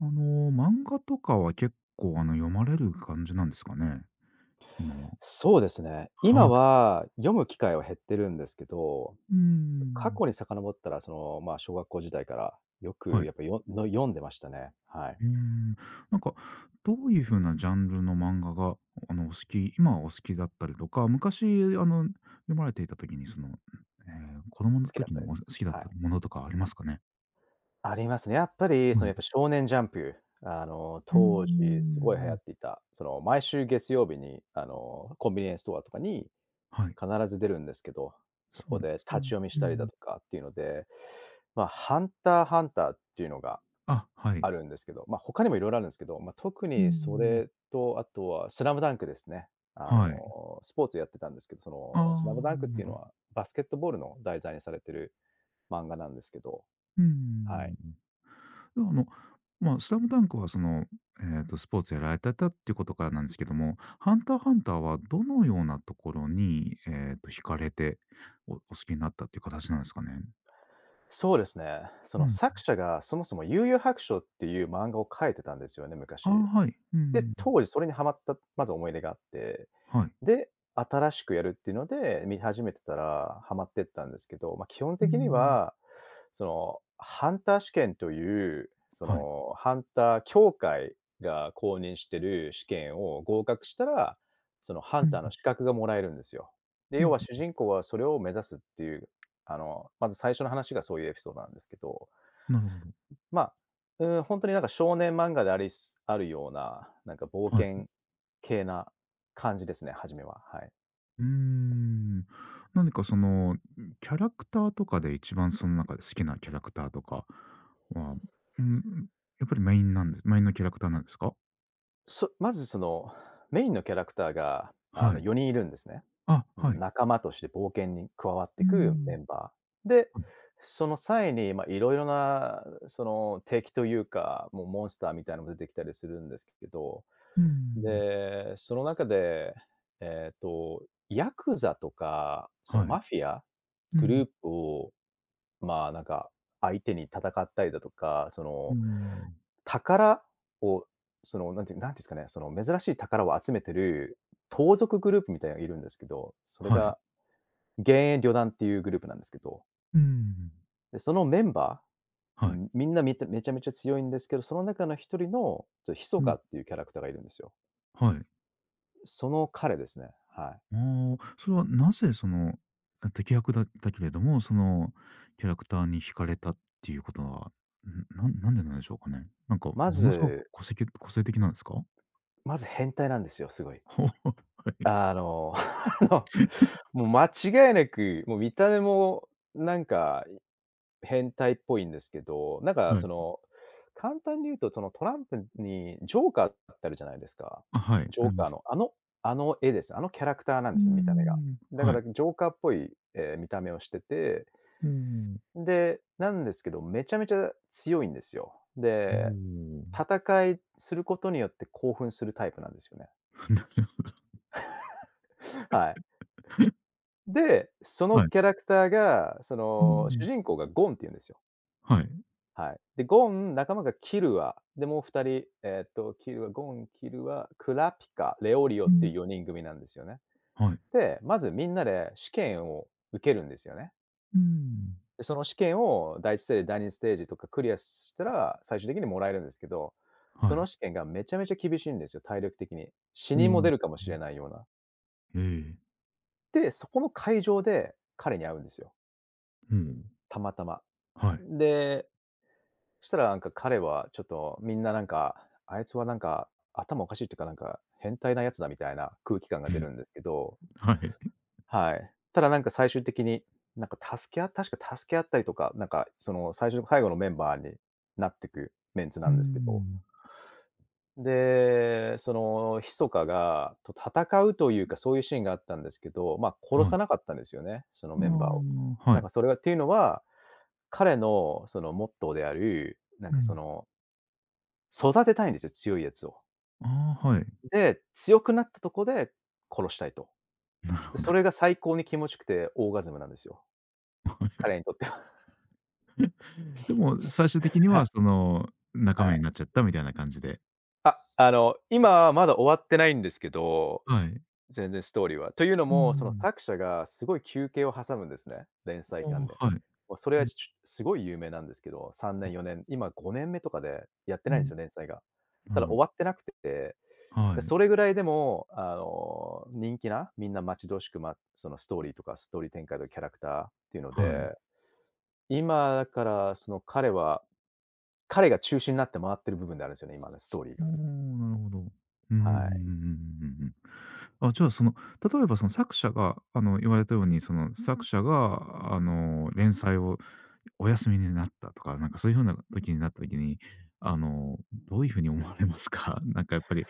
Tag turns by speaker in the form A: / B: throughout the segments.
A: 漫画とかは結構読まれる感じなんですかね？今は。
B: そうですね。
A: は
B: 今
A: い。
B: は読む機会は減ってるんですけど、
A: うー
B: 過
A: ん。
B: 去に遡ったら、まあ、小学校時代からよ
A: は
B: く
A: い。
B: やっぱ読んでましたね。はい。
A: うーん。なんか、どういう風なジャンルの漫画が、お好き今はお好きだったりとか、昔読まれていた時に子供の
B: 好きだっ
A: 時
B: た
A: にお
B: で
A: 好
B: す。
A: きだっ
B: は
A: た
B: い。
A: ものとかありますかね？
B: ありますね。やっぱり、
A: は
B: や
A: い。
B: っぱ少年ジャンプ、
A: うー
B: 当時すごい流行
A: ん。
B: っていた、毎週月曜日に、コンビニエンスストアとかに
A: はい。
B: 必ず出るんですけど、そ
A: そう
B: こ
A: で
B: で
A: すね。
B: 立ち読みし
A: う
B: たりだ
A: ん。
B: とかっていうので、まあ、ハンターハンターっていうのが
A: あ、はい。
B: あるんですけど、まあ、他にもいろいろあるんですけど、まあ、特
A: うー
B: にそ
A: ん。
B: れと、あとはスラムダンクですね。
A: はい。
B: スポーツやってたんですけど、そ
A: あ
B: のスラム
A: あ、
B: ダンクっ
A: な
B: て
A: る
B: いう
A: ほ
B: の
A: ど。
B: は、バスケットボールの題材にされてる漫画なんですけど、
A: うー
B: はい。
A: ん。あの、まあ、スラムダンクはスポーツやられてたっていうことからなんですけども、ハンターハンターはどのようなところに、惹かれて、お好きになったっていう形なんですかね？
B: そうですね。そ
A: う
B: の
A: ん。
B: 作者がそもそも幽遊白書っていう漫画を描いてたんですよね、
A: ああ、
B: 昔。
A: はい。う
B: で、
A: ん。
B: 当時それにハマったまず思い出があって、
A: はい。
B: で、新しくやるっていうので、見始めてたらハマってったんですけど、まあ、基本
A: う
B: 的に
A: ん。
B: は、ハンター試験という、
A: はい。
B: ハンター協会が公認してる試験を合格したら、そのハ
A: う
B: ンタ
A: ん、
B: ーの資格がもらえるんですよ。で、要は
A: お
B: 主人公はそれを目指すっていう、まず最初の話がそういうエピソードなんですけど、
A: なるほど。
B: まあ、うん、ほんとになんか少年漫画でありすあるような、なんか冒
A: はい。
B: 険系な感じですね、初めは、はい。
A: うーん。何かキャラクターとかで一番その中で好きなキャラクターとかは、うん、やっぱりメインなんですメインのキャラクターなんですか？
B: まずメインのキャラクターが、
A: はい。
B: 4人いるんですね。
A: あ、
B: うん、
A: はい。
B: 仲間として冒険に加わって
A: う
B: いくメ
A: ん。
B: ンバー。で、その際に、まあ、いろいろな、敵というか、もうモンスターみたいなのも出てきたりするんですけど、で、その中で、ヤクザとか、その
A: はい。
B: マフィア
A: う
B: グ
A: ん。は
B: ル
A: い。
B: ープを、まあ、なんか、相手に戦ったりだとか、そ
A: うん。
B: の
A: うん、
B: 宝を、なんていうんですかね、その珍しい宝を集めてる盗賊グループみたいなのがいるんですけど、それ
A: はい。
B: が、幻影旅団っていうグループなんですけど、
A: うん。
B: で、そのメンバー、
A: はい。
B: みんなめちゃめちゃめちゃ強いんですけど、その中の一人の、ちょ、
A: うん、
B: かっていうキャラクターがいるんですよ。
A: はい。
B: その彼ですね、はい。
A: ああ、それはなぜ敵役だったけれども、そのキャラクターに惹かれたっていうことは、なんでしょうかね？なんか、も
B: ま
A: のすごく
B: ず
A: 個性的なんですか？
B: まず変態なんですよ、すごい。
A: ほうほ
B: あの、あの、もう間違いなく、もう見た目もなんか変態っぽいんですけど、なん
A: う
B: か
A: はい。
B: その、簡単に言うと、そのトランプにジョーカーってあるじゃないですか。
A: あ、はい、
B: ジ
A: あ
B: ョ
A: り
B: ー
A: ま
B: カー
A: す。
B: のあの絵です。あのキャラクターなん
A: う
B: で
A: ー
B: すよ、見た目が。
A: ん、
B: だか
A: はい。
B: らジョーカーっぽい見た目をしてて、
A: うーん、
B: で、なんですけど、めちゃめちゃ強いんですよ。
A: お
B: で、
A: お。
B: 戦いすることによって興奮するタイプなんですよね。
A: なる
B: はい。で、その
A: はい。
B: キャラクターが、そ
A: うー
B: の主
A: ん。
B: 人公がゴンって言うんですよ。
A: はい。
B: はい。で、ゴン、仲間がキルア、で、もう2人、キルア、クラピカ、レオリオ
A: う
B: っていう
A: ん。
B: 4人組なんですよね。
A: はい。
B: で、まずみんなで試験を受けるんですよね。
A: うーん。
B: で、その試験を第一ステージ、第二ステージとかクリアしたら、最終的にもらえるんですけど、
A: は
B: そ
A: い。
B: の試験がめちゃめちゃ厳しいんですよ、体力的に。死
A: お
B: 人も出る
A: お。
B: かもしれないような。
A: ええ、
B: で、そこの会場で彼に会うんですよ、
A: うん、
B: たまたま。
A: はい。
B: で、したらなんか彼はちょっとみんななんか、あいつはなんか頭おかしいっていうか、なんか変態なやつだみたいな空気感が
A: う
B: 出
A: ん、
B: るんですけど、
A: はい。
B: はい。ただなんか最終的に、なんか助け合確か助け合ったりとか、なんかその最後のメンバーになってくメンツ
A: う
B: な
A: ー
B: んですけど。
A: ん、
B: で、そのヒソカと戦うというか、そういうシーンがあったんですけど、ま、殺
A: は
B: さ
A: い。
B: なかったんですよね、その
A: あ
B: メンバーを。
A: あ、は
B: なん
A: い。
B: かそれはっていうのは、彼のそのモットーである、なん
A: う
B: かそ
A: ん。
B: の育てたいんですよ、強いやつを。
A: ああ、はい。
B: で、強くなったとこで殺したいと。
A: なる
B: で、
A: ほど。
B: それが最高に気持ちよくてオーガズムなんですよ。
A: は
B: 彼に
A: い。
B: とっては。
A: でも最終的には
B: は
A: 仲
B: い。は
A: 間に
B: い。
A: なっちゃったみたいな感じで。
B: あの、今はまだ終わってないんですけど、
A: はい。
B: 全然ストーリーは。というの
A: う
B: も、その
A: ん。
B: 作者がすごい休憩を挟むんですね、連
A: あ
B: 載間で。
A: あ、はい。
B: もうそれ
A: う
B: は
A: ん、
B: すごい有名なんですけど、3年4年、今5年目とかでやって
A: う
B: ないんです
A: ん。
B: よ、連載が。
A: な
B: た
A: る
B: だ
A: ほ
B: 終
A: ど。
B: わってなくて、
A: は
B: で、
A: い、
B: それぐらいでも、あの、人気な、みんな待ち遠しくそのストーリーとか、ストーリー展開とキャラクターっていうの
A: はい。
B: で、今だからその彼が中心になって回ってる部分であるんですよね、今のストーリー
A: お
B: が。
A: お、なるほど。うんうんうんうんうんう
B: はい。
A: んうん。あ、じゃあ、例えばその作者が、言われたように、その作者が、連載をお休みになったとか、なんかそういう風な時になった時に、あの、どういう風に思われますか？なんかやっぱり、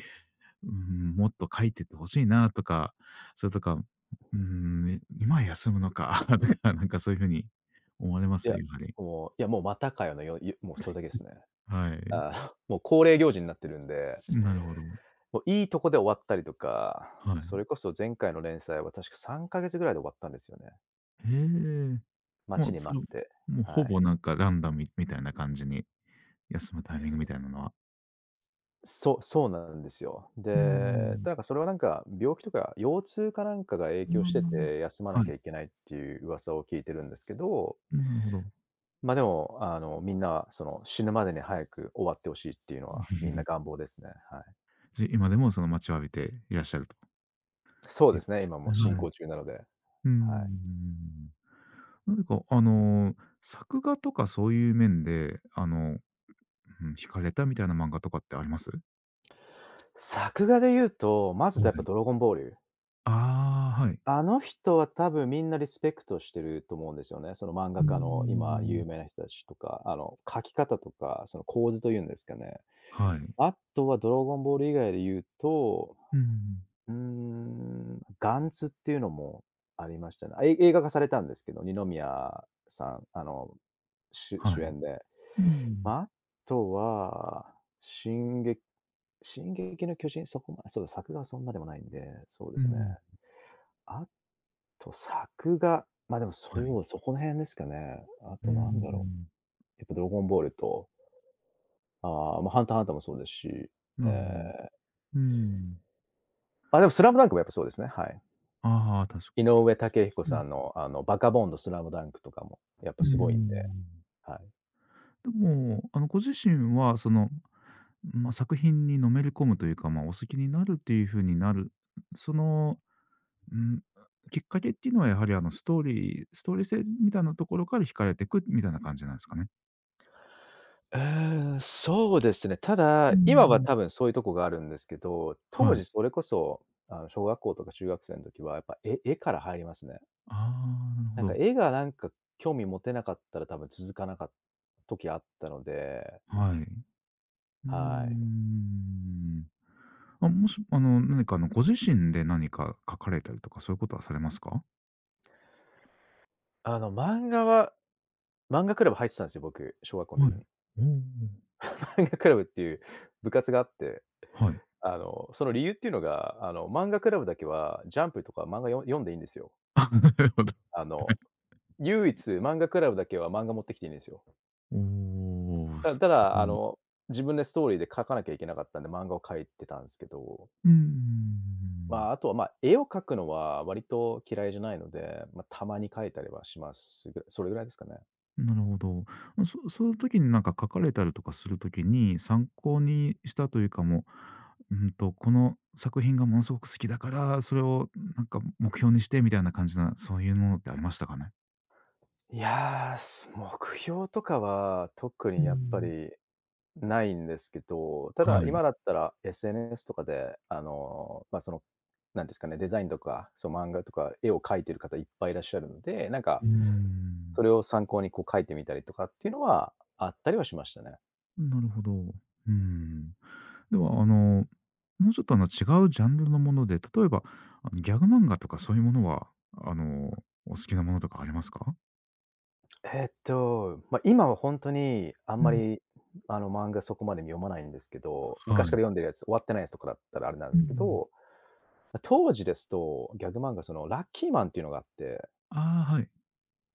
A: うーもっと書いてって欲しいなとか、それとか、ね今休むのか とか、なんかそういう風に思われま
B: い
A: す？
B: や、
A: やはり。
B: もう、いや、もうまたかよのよゆもうそれだけですね。
A: はい。
B: ああ、もう恒例行事になってるんで、
A: なるほど。
B: もういいとこで終わったりとか、
A: は
B: そ
A: い。
B: れこそ前回の連載は確か3ヶ月ぐらいで終わったんですよね。
A: へえ。
B: 待
A: も
B: ち
A: う、
B: に
A: そ
B: 待
A: の、
B: って、
A: もう
B: は
A: ほ
B: い。
A: ぼなんかランダムみたいな感じに、休むタイミングみたいなのは。
B: そう、そうなんですよ。
A: うー
B: で、
A: ん。
B: なんかそれはなんか、病気とか腰痛かなんかが影響してて、
A: あ
B: 休ま
A: あ、
B: な
A: は
B: き
A: い。
B: ゃいけないっていう噂を聞いてるんですけど、
A: うん、なるほど。
B: ま、でも、あの、みんなその、死ぬまでに早く終わってほしいっていうのは、みんな願 望ですね。はい。
A: 今でもその待ちわびていらっしゃるという感じで
B: そうですね、
A: す
B: 今も
A: ね。
B: 進
A: はい。
B: 行中なので。
A: うー
B: はい。
A: ん。何か作画とかそういう面で、惹かれたみたいな漫画とかってあります？
B: 作画で言うと、まず
A: は
B: やっぱ
A: い。
B: ドラゴンボール。
A: ああ、はい。
B: あの人は多分みんなリスペクトしてると思うんですよね。その漫
A: う
B: 画
A: ー
B: 家の今
A: ん。
B: 有名な人たちとか、あの、描き方とか、その構図というんですかね。
A: はい。
B: あとはドラゴンボール以外で言うと、
A: うん。
B: ガンツっていうのもありましたね。あ、映画化されたんですけど、二宮さん、あの、
A: は
B: 主
A: い。
B: 演で。
A: う
B: ま
A: ん。
B: あ、あとは、進撃進撃の巨人、そこまそうだ、作画はそんなでもないんで、そうで
A: う
B: すね。
A: ん。
B: あと作画、まあ、でも
A: はい。
B: そう、そこら辺ですかね。あ
A: うー
B: となんだろ
A: ん。
B: う、やっぱドラゴンボールと、ああ、ま、ハンターハンターもそうですし、
A: な
B: え
A: るほど。
B: え、
A: うん。
B: まあ、でもスラムダンクもやっぱそうですね、はい。
A: ああ、確か
B: 井上雄彦
A: に。
B: さんの、あの、バカボンドスラムダンクとかも、やっぱ
A: う
B: すごいんで、
A: ん。
B: はい。
A: でも、ご自身は、まあ、作品にのめり込むというか、まあ、お好きになるっていう風になる、その、うん、きっかけっていうのは、やはり、ストーリー性みたいなところから惹かれてくみたいな感じなんですかね？
B: うーん、そうですね。た
A: う
B: だ、今は
A: ん。
B: 多分そういうとこがあるんですけど、当
A: はい。
B: 時それこそ、あの、小学校とか中学生の時はやっぱ絵から入りますね。
A: ああ、なるほ
B: なんか
A: ど。
B: 絵がなんか興味持てなかったら多分続かなかった時あったので、
A: はい。うー
B: はい。
A: ん。あ、もし、何か、ご自身で何か書かれたりとか、そういうことはされますか？
B: あの、漫画は漫画クラブ入ってたんですよ、僕、小学校の
A: は
B: 時
A: い。
B: に。
A: おお、
B: 漫画クラブっていう部活があって、
A: はい。
B: あの、その理由っていうのが、あの、漫画クラブだけはジャンプとか漫画読んでいいんですよ。
A: あ、なるほど。
B: あの、唯一漫画クラブだけは漫画持ってきていいんですよ。
A: おお、
B: た
A: そ
B: た
A: そ
B: だ、自分でストーリーで書かなきゃいけなかったんで、漫画を描いてたんすけど、
A: ういううん
B: まあ、あとは、ま、絵を描くのは割と嫌いじゃないので、ま、たまに描いたりはします。それぐらいですかね。
A: うん。なるほど。ま、そういう時になんか書かれたりとかする時に、参考にしたというか、もう、うんと、この作品がものすごく好きだから、それをなんか目標にしてみたいな感じな、そういうものってありましたかね？
B: いやー、目標とかは特
A: う
B: に
A: ー
B: やっぱ
A: ん。
B: りないんですけど、た
A: は
B: だ、
A: い。
B: 今だったら SNS とかで、ま、その、なんですかね、デザインとか、そう漫画とか絵を描いてる方いっぱいいらっしゃるので、なん
A: う
B: か、
A: ーん。
B: それを参考にこう描いてみたりとかっていうのはあったりはしましたね。
A: なるほど。うーん。では、もうちょっと違うジャンルのもので、例えば、ギャグ漫画とかそういうものは、あの、お好きなものとかありますか？
B: まあ、今は本当にあん
A: う
B: ま
A: ん。
B: り、漫画そこまで読まないんですけど、
A: は
B: 昔から
A: い。
B: 読んでるやつ、終わってないやつとかだったらあれなん
A: う
B: ですけ
A: ん。
B: ど、ま、当時ですと、ギャグ漫画、そのラッキーマンっていうのがあって、
A: ああ、はい。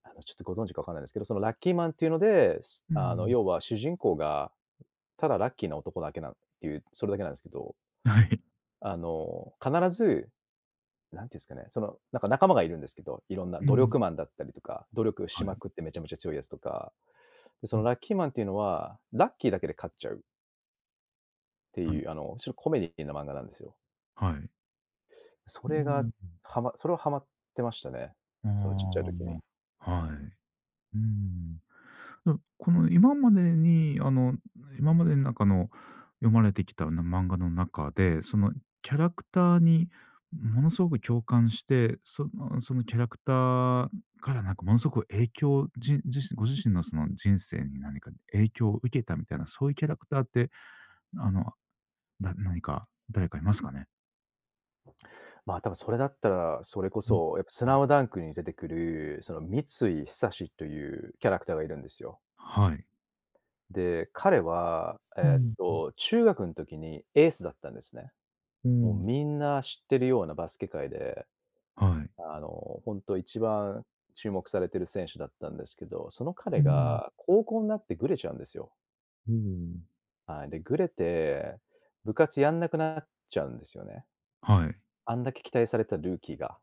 B: ちょっとご存知かわかんないんですけど、そのラッキーマンっていうので、す
A: う
B: あの、
A: ん。
B: 要は主人公がただラッキーな男だけなっていう、それだけなんですけど、
A: はい。
B: 必ず、何て言うんですかね、その、なんか仲間がいるんですけど、いろんな
A: う
B: 努
A: ん。
B: 力マンだったりとか、努力し
A: はい。
B: まくってめちゃめちゃ強いやつとか、で、そ
A: う
B: の
A: ん。
B: ラッキーマンっていうのは、ラッキーだけで勝っちゃうって
A: なる
B: いう、ちょっとコメディーな漫画なんですよ。
A: はい。
B: そ
A: う
B: れが、
A: ん。
B: それはハマってましたね、そのちっちゃい
A: あ
B: 時に。
A: あ、はい。うん。だこの今までに、今までの中の読まれてきたな漫画の中で、そのキャラクターにものすごく共感して、そのキャラクターからなんかものすごく影響、じんじご自身のその人生に何か影響を受けたみたいな、そういうキャラクターって、あの、何か誰かいますかね？
B: まあ、多分それだったら、それこ
A: うん。
B: そ、やっぱスラムダンクに出てくる、その三井久志というキャラクターがいるんですよ。
A: はい。
B: で、彼は、
A: うん。
B: 中学の時にエースだったんですね。
A: う
B: もう
A: ん。
B: みんな知ってるようなバスケ界で、
A: はい。
B: あの、本当一番注目されてる選手だったんですけど、その彼
A: うん。
B: が高校になってぐれちゃうんですよ。
A: うん。
B: はい。で、ぐれて、部活やんなくなっちゃうんですよね。
A: はい。
B: あんだけ期待されたルーキーが。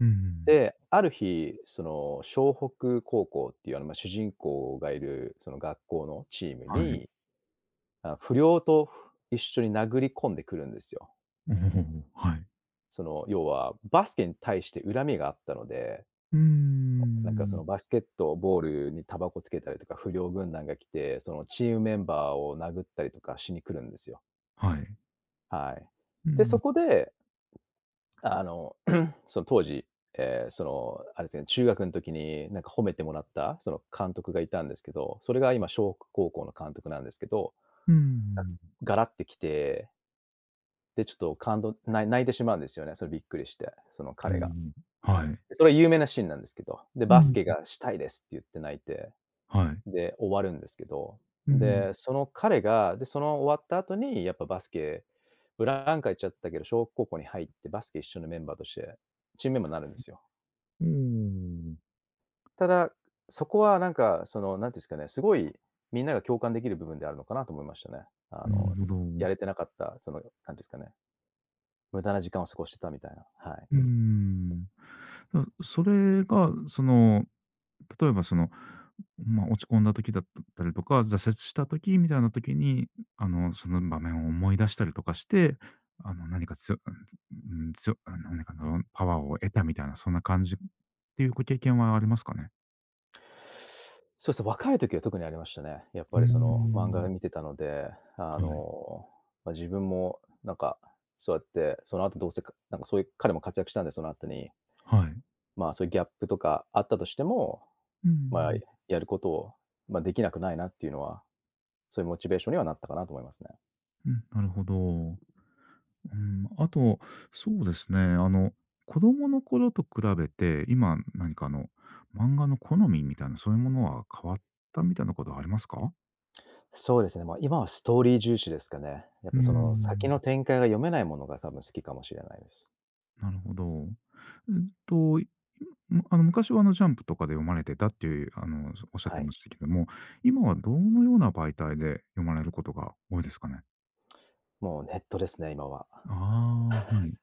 A: うんうんうん。
B: で、ある日、その、湘北高校っていう、ま、主人公がいる、その、学校のチーム
A: はい。
B: に、あ、不良と一緒に殴り込んでくるんですよ。
A: おお、はい。
B: その、要はバスケに対して恨みがあったので、
A: うー
B: なんか、そ
A: ん。
B: の、バスケットボールにタバコつけたりとか、不良軍団が来て、その、チームメンバーを殴ったりとかしに来るんですよ。
A: はい。
B: はい。
A: う
B: で、そ
A: ん、
B: こで、あの、その当時、その、あれですね、中学の時になんか褒めてもらった、その監督がいたんですけど、それが今小高校の監督なんですけど、
A: う
B: が
A: ん。
B: ガラって来て、で、ちょっと感動ない泣いてしまうんですよね、それびっくりして、その
A: う
B: 彼が。
A: ん、はい。
B: それは有名なシーンなんですけど、で、
A: う
B: バス
A: ん。
B: ケがしたいですって言って泣いて、
A: はい。
B: で、終わるんですけど、
A: うん。
B: で、その彼が、で、その終わった後に、やっぱバスケ、ブランカ行っちゃったけど、小学高校に入ってバスケ一緒のメンバーとして、チームメンバーになるんですよ。
A: お
B: ただ、そこはなんか、その、なんていうんですかね、すごいみんなが共感できる部分であるのかなと思いましたね。あ
A: な
B: の、
A: るほど。
B: やれてなかった、その、なんていうんですかね、無駄な時間を過ごしてたみたいな。はい。
A: うーん。それが、例えばま、落ち込んだ時だったりとか、挫折した時みたいな時に、その場面を思い出したりとかして、何かつようん、つよあの、なんかの、パワーを得たみたいな、そんな感じっていうご経験はありますかね？
B: そうですね、若い時は特にありましたね。やっ
A: う
B: ぱ
A: ー
B: りその漫画
A: ん。
B: 見てたので、あ
A: はい。
B: の、まあ、自分もなんか、そうやって、その後どうせ、かなんかそういう彼も活躍したんで、その後に、
A: はい。
B: まあ、そういうギャップとかあったとしても、
A: う
B: まあ、
A: ん、
B: やることを、まあ、できなくないなっていうのは、そういうモチベーションにはなったかなと思いますね。
A: うん、なるほど。うん、あと、そうですね、子供の頃と比べて、今何か漫画の好みみたいな、そういうものは変わったみたいなことはありますか？
B: そうですね、まあ、今はストーリー重視ですかね。やっ
A: う
B: ぱ
A: ー
B: その先
A: ん、
B: の展開が読めないものが多分好きかもしれないです。
A: なるほど。えっと、いむあの、昔はジャンプとかで読まれてたっていう、おっしゃっ
B: は
A: て
B: い。
A: ましたけども、今はどのような媒体で読まれることが多いですかね？
B: もうネットですね、今は。
A: ああ、はい。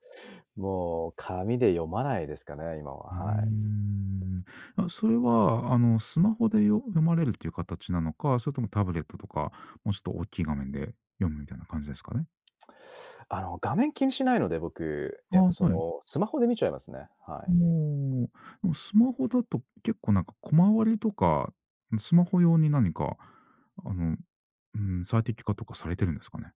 B: もう紙で読まないですかね、今
A: うー
B: は、はい。
A: ん。あ、それは、スマホで読まれるっていう形なのか、それともタブレットとか、もうちょっと大きい画面で読むみたいな感じですかね？
B: 画面気にしないので、僕、
A: あ、
B: やっぱそ
A: はい。
B: の、スマホで見ちゃいますね。はい。
A: もう、でもスマホだと結構なんか小回りとか、スマホ用に何か、あの、うん、最適化とかされてるんですかね？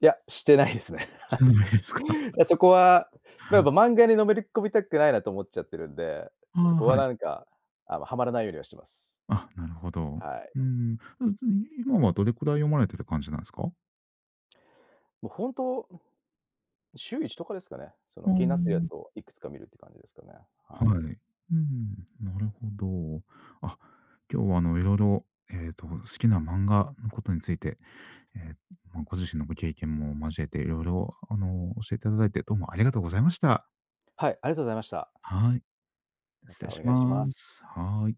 B: いや、してないですね。
A: してないです か？
B: そこは、やっぱ漫画にのめり込みたくないなと思っちゃってるんで、
A: あ
B: そ
A: あ、
B: こは
A: はい。
B: なんか、はまらないようにはしてます。
A: あ、なるほど。
B: はい。
A: うん。今はどれくらい読まれてる感じなんですか？
B: もう本当、週一とかですかね。そ
A: あ
B: の、気になってるや
A: ん
B: つをいくつか見るって感じですかね。
A: は
B: はい。
A: い。うん、なるほど。あ、今日はいろいろ、好きな漫画のことについて、えーまあ、ご自身のご経験も交えていろいろ、教えていただいて、どうもありがとうございました。
B: はい、ありがとうございました。
A: はい、
B: ま
A: 失礼
B: たお
A: し
B: 願いし
A: ま
B: ます。
A: す。はい。